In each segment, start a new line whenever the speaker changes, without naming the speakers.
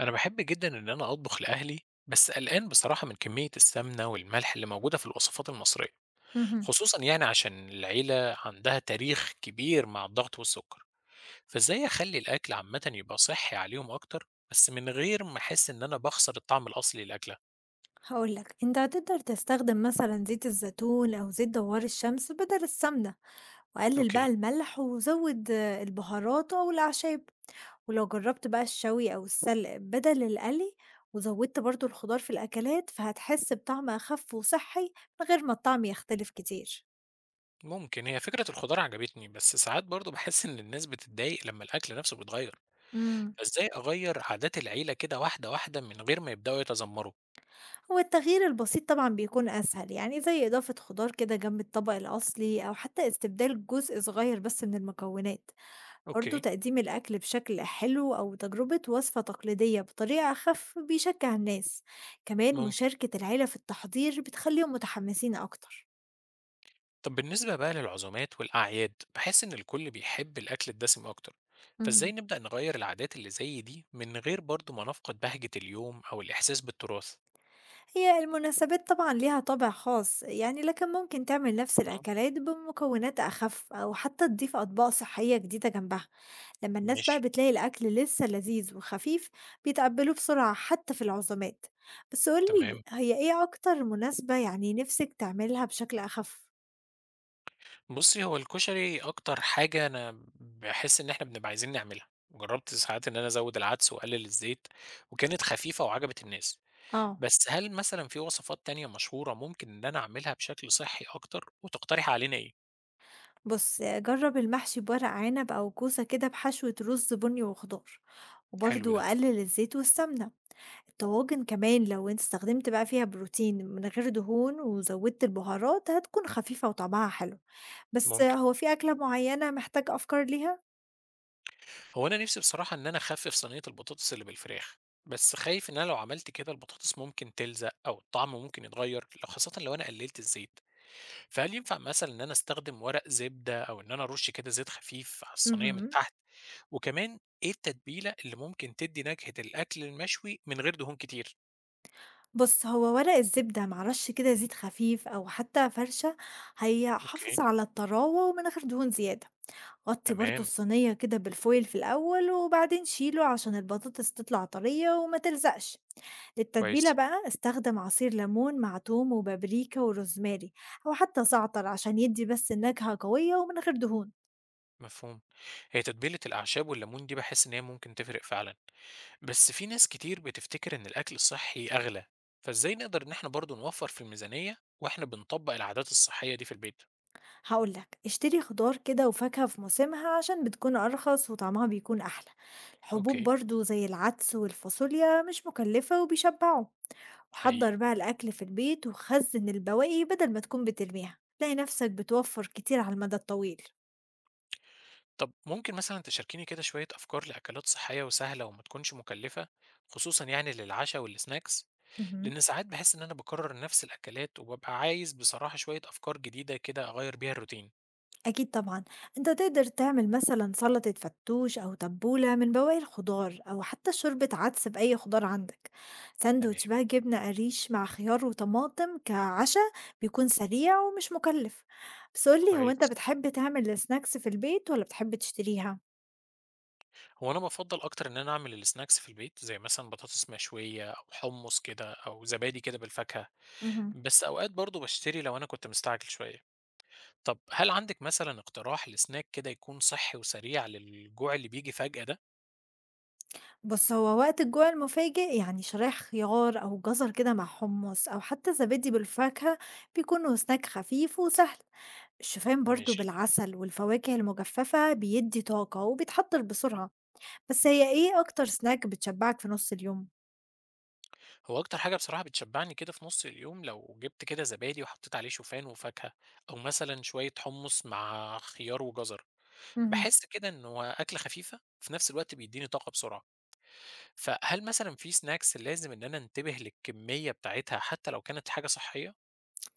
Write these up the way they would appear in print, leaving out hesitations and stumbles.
أنا باحب جدًا إن أنا أطبخ لأهلي، بس قلقان بصراحة من كمية السمنة والملح اللي موجودة في الوصفات المصرية،
اهم.
خصوصًا يعني عشان العيلة عندها تاريخ كبير مع الضغط والسكر، فإزاي أخلّي الأكل عامةً يبقى صحّي عليهم أكتر، بس من غير ما أحس إن أنا باخسر الطعم الأصلي للأكلة؟
هاقول لك أنت هتقدر تستخدم مثلًا زيت الزيتون أو زيت دوار الشمس بدل السمنة، وقلل بقى
أوكي،
الملح وزود البهارات أو الأعشاب، ولو جربت بقى الشوي أو السلق بدل القلي وزودت برضه الخضار في الأكلات، فهتحس بطعم أخف وصحي من غير ما الطعم يختلف كتير.
ممكن. هي فكرة الخضار عجبتني، بس ساعات برضه باحس إن الناس بتتضايق لمّا الأكل نفسه بيتغيّر،
امم
فإزاي أغيّر عادات العيلة كده واحدة واحدة من غير ما يبدؤوا يتذمروا؟
هو التغيير البسيط طبعًا بيكون أسهل يعني زي إضافة خضار كده جنب الطبق الأصلي أو حتى استبدال جزء صغير بس من المكونات. برضه
أوكي،
تقديم الأكل بشكل حلو أو تجربة وصفة تقليدية بطريقة أخف بيشجع الناس، كمان
ممكن.
مشاركة العيلة في التحضير بتخليهم متحمسين أكتر.
طب بالنسبة بقى للعزومات والأعياد بحس إن الكل بيحب الأكل الدسم أكتر، فإزاي
مهم.
نبدأ نغير العادات اللي زي دي من غير برضو ما نفقد بهجة اليوم أو الإحساس بالتراث.
هي المناسبات طبعا ليها طابع خاص يعني، لكن ممكن تعمل نفس
مم.
الأكلات بمكونات أخف أو حتى تضيف أطباق صحية جديدة جنبها. لما الناس بقى
ماشي.
بتلاقي الأكل لسه لذيذ وخفيف بيتقبلوه بسرعة حتى في العزومات. بس قولي،
تمام.
هي إيه أكتر مناسبة يعني نفسك تعملها بشكل أخف؟
بصي، هو الكشري أكتر حاجة أنا بحس إن إحنا بنبقى عايزين نعملها. جربت ساعات إن أنا أزود العدس وأقلل الزيت وكانت خفيفة وعجبت الناس.
اه.
بس هل مثلا في وصفات تانية مشهورة ممكن إن أنا أعملها بشكل صحي أكتر، وتقترح علينا إيه؟
بُص، جرّب المحشي بورق عنب أو كوسة كده بحشوة رز بني وخضار،
حلو ده.
وبرضه قلل الزيت والسمنة. الطواجن كمان لو أنت استخدمت بقى فيها بروتين من غير دهون وزوّدت البهارات هتكون خفيفة وطعمها حلو. بس
ممكن.
هو في أكلة معيّنة محتاج أفكار ليها؟
هو أنا نِفْسي بصراحة إن أنا أخفِّف صينية البطاطس اللي بالفراخ، بس خايف إن أنا لو عملت كده البطاطس ممكن تلزق أو الطعم ممكن يتغيّر، خاصةً لو أنا قلِّلت الزيت، فهل ينفع مثلًا إن أنا أستخدم ورق زبدة أو إن أنا أرُش كده زيت خفيف على الصينية من
اهم.
تحت؟ وكمان إيه التتبيلة اللي ممكن تدّي نكهة الأكل المشوي من غير دهون كتير؟
بُص، هو ورق الزبدة مع رش كده زيت خفيف أو حتى فرشة هيحافظ
أوكي.
على الطراوة ومن غير دهون زيادة. غطّي برضه
تمام.
الصينية كده بالفويل في الأول وبعدين شيله عشان البطاطس تطلع طرية وما تلزقش، للتتبيلة
كويس.
بقى استخدم عصير ليمون مع توم وبابريكا وروزماري أو حتى زعتر عشان يدّي بس النكهة قوية ومن غير دهون.
مفهوم. هي تتبيلة الأعشاب والليمون دي باحس إن هي ممكن تفرق فعلًا. بس في ناس كتير بتفتكر إن الأكل الصحي أغلى، فإزاي نقدر إن إحنا برضو نوفر في الميزانية وإحنا بنطبق العادات الصحية دي في البيت؟
هاقول لك اشتري خضار كده وفاكهة في موسمها عشان بتكون أرخص وطعمها بيكون أحلى، الحبوب
أوكي.
برضه زي العدس والفاصوليا مش مكلفة وبيشبعوا.
حقيقي.
حضّر بقى الأكل في البيت وخزّن البواقي بدل ما تكون بترميها، هتلاقي نفْسك بتوفّر كتير على المدى الطويل.
طب ممكن مثلا تشاركيني كده شوية أفكار لأكلات صحية وسهلة وما تكونش مكلفة، خصوصا يعني للعشاء والسناكس؟
اهم.
لأن ساعات بحس إن أنا بكرر نفس الأكلات، وببقى عايز بصراحة شوية أفكار جديدة كده أغير بيها الروتين.
أكيد طبعًا، أنت تقدر تعمل مثلًا سلطة فتوش أو تبولة من بواقي الخضار أو حتى شوربة عدس بأي خضار عندك. ساندويتش
تمام.
بقى جبنة قريش مع خيار وطماطم كعشا بيكون سريع ومش مكلّف. بس قُل لي، هو أنت
كويس.
بتحب تعمل السناكس في البيت والّا بتحب تشتريها؟
هو أنا بفضل أكتر إن أنا أعمل السناكس في البيت، زي مثلا بطاطس مشوية أو حمص كده أو زبادي كده بالفاكهة،
اهم.
بس أوقات برضه باشتري لو أنا كنت مستعجل شوية. طب هل عندك مثلا اقتراح لسناك كده يكون صحي وسريع للجوع اللي بيجي فجأة ده؟
بُص، هو وقت الجوع المفاجئ يعني شرايح خيار أو جزر كده مع حمص أو حتى زبادي بالفاكهة بيكونوا snack خفيف وسهل، الشوفان برضه
ماشي.
بالعسل والفواكه المجففة بيدّي طاقة وبيتحضّر بسرعة. بس هي إيه أكتر snack بتشبّعك في نُص اليوم؟
هو أكتر حاجة بصراحة بتشبعني كده في نص اليوم، لو جبت كده زبادي وحطيت عليه شوفان وفاكهة، أو مثلا شوية حمص مع خيار وجزر.
مهم.
بحس كده إنه أكلة خفيفة، في نفس الوقت بيديني طاقة بسرعة. فهل مثلا في سناكس لازم إن أنا أنتبه للكمية بتاعتها حتى لو كانت حاجة صحية؟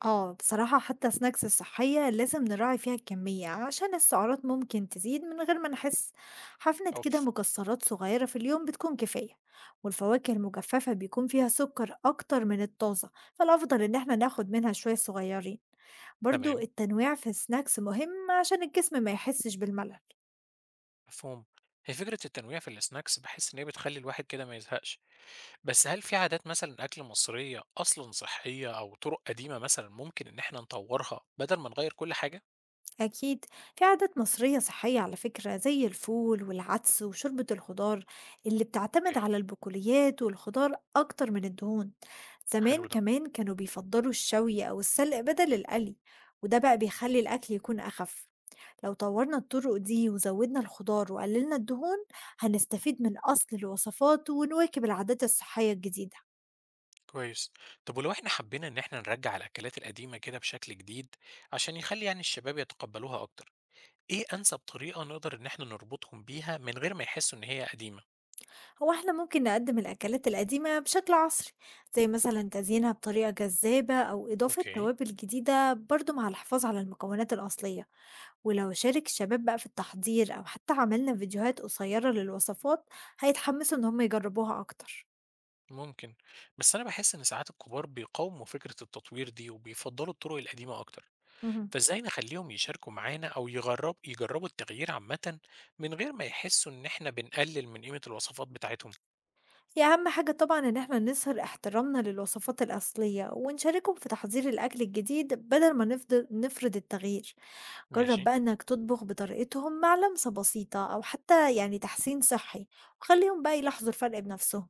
آه، بصراحة حتى snacks الصحية لازم نراعي فيها الكمية عشان السعرات ممكن تزيد من غير ما نحس. حفنة كده
أوف.
مكسرات صغيرة في اليوم بتكون كفاية، والفواكه المجففة بيكون فيها سكر أكتر من الطازة، فالأفضل إن احنا ناخد منها شوية صغيرين. برضو
تمام.
التنويع في السناكس مهم عشان الجسم ما يحسش بالملل.
مفهوم. هي فكرة التنويع في السناكس بحس إن هي بتخلي الواحد كده ما يزهقش. بس هل في عادات مثلا أكل مصرية أصلا صحية، أو طرق قديمة مثلا ممكن إن إحنا نطورها بدل ما نغير كل حاجة؟
أكيد، في عادات مصرية صحية على فكرة زي الفول والعدس وشوربة الخضار، اللي بتعتمد
أوكي.
على البقوليات والخضار أكتر من الدهون.
حلو
زمان
ده.
كمان كانوا بيفضلوا الشوي أو السلق بدل القلي، وده بقى بيخلي الأكل يكون أخف. لو طورنا الطرق دي وزودنا الخضار وقللنا الدهون هنستفيد من أصل الوصفات ونواكب العادات الصحية الجديدة.
كويس. طب ولو إحنا حبينا إن إحنا نرجع الأكلات القديمة كده بشكل جديد، عشان يخلي يعني الشباب يتقبلوها أكتر، إيه أنسب طريقة نقدر إن إحنا نربطهم بيها من غير ما يحسوا إن هي قديمة؟
هو إحنا ممكن نقدم الأكلات القديمة بشكل عصري، زي مثلا تزيينها بطريقة جذابة أو إضافة
أوكي.
توابل جديدة برضو مع الحفاظ على المكونات الأصلية. ولو شارك الشباب بقى في التحضير أو حتى عملنا فيديوهات قصيرة للوصفات هيتحمسوا إن هم يجربوها أكتر.
ممكن. بس أنا بحس إن ساعات الكبار بيقاوموا فكرة التطوير دي وبيفضلوا الطرق القديمة أكتر،
مهم.
فازاي نخليهم يشاركوا معانا او يجربوا التغيير عامة، من غير ما يحسوا ان احنا بنقلل من قيمة الوصفات بتاعتهم؟
هي أهم حاجة طبعا إن إحنا نظهر احترامنا للوصفات الأصلية ونشاركهم في تحضير الأكل الجديد بدل ما نفضل نفرض التغيير. جرّب
ماشي.
بقى إنك تطبخ بطريقتهم مع لمسة بسيطة أو حتى يعني تحسين صحّي، وخلّيهم بقى يلاحظوا الفرق بنفسهم،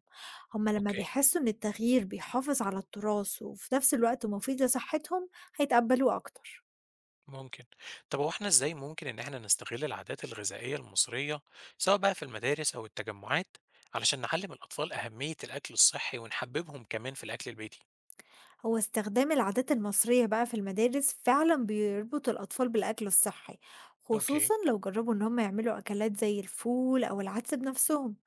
هُم لمّا
اوكي.
بيحسّوا إن التغيير بيحافظ على التراث وفي نفس الوقت مفيد لصحتهم، هيتقبّلوه أكتر.
ممكن. طب هو احنا ازاي ممكن ان احنا نستغل العادات الغذائية المصرية، سواء بقى في المدارس او التجمعات، علشان نعلم الاطفال اهمية الاكل الصحي ونحببهم كمان في الاكل البيتي؟
هو استخدام العادات المصرية بقى في المدارس فعلًا بيربط الأطفال بالأكل الصحّي،
اوكي.
خصوصًا لو جرّبوا إن هُم يعملوا أكلات زي الفول أو العدس بنفسهم.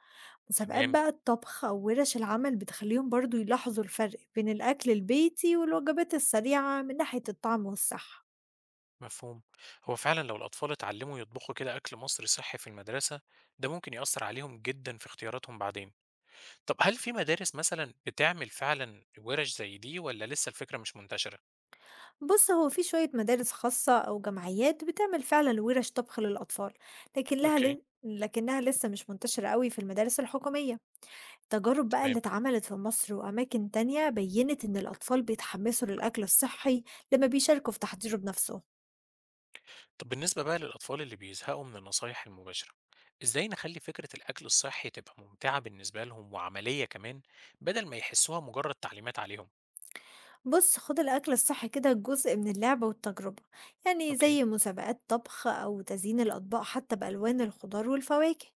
مسابقات
تمام.
بقى الطبخ أو ورش العمل بتخليهم برضو يلاحظوا الفرق بين الأكل البيتي والوجبات السريعة من ناحية الطعم والصحة.
مفهوم. هو فعلا لو الاطفال اتعلموا يطبخوا كده اكل مصري صحي في المدرسة، ده ممكن يأثر عليهم جدا في اختياراتهم بعدين. طب هل في مدارس مثلًا بتعمل فعلًا ورش زي دي، والّا لسه الفكرة مش منتشرة؟
بص، هو في شوية مدارس خاصة أو جمعيات بتعمل فعلا ورش طبخ للأطفال، لكن
أوكي.
لكنها لسه مش منتشرة قوي في المدارس الحكومية. التجارب بقى
تمام.
اللي اتعملت في مصر وأماكن تانية بينت إن الأطفال بيتحمسوا للأكل الصحي لما بيشاركوا في تحضيره بنفسهم.
طب بالنسبة بقى للأطفال اللي بيزهقوا من النصايح المباشرة، إزاي نخلّي فكرة الأكل الصحي تبقى ممتعة بالنسبة لهم وعملية كمان، بدل ما يحسوها مجرد تعليمات عليهم؟
بُص، خُد الأكل الصحّي كده جزء من اللعبة والتجربة، يعني
أوكي.
زي مسابقات طبخ أو تزيين الأطباق حتى بألوان الخضار والفواكه،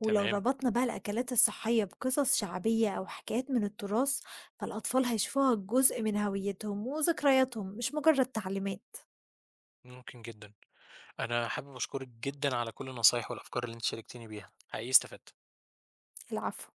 ولو
تمام.
ربطنا بقى الأكلات الصحية بقصص شعبية أو حكايات من التراث، فالأطفال هيشوفوها جزء من هويتهم وذكرياتهم مش مجرد تعليمات.
ممكن جدًا. أنا حابب أشكرِك جدًا على كل النصايح والأفكار اللي أنتِ شاركتيني بيها، حقيقي استفدت.
العفو.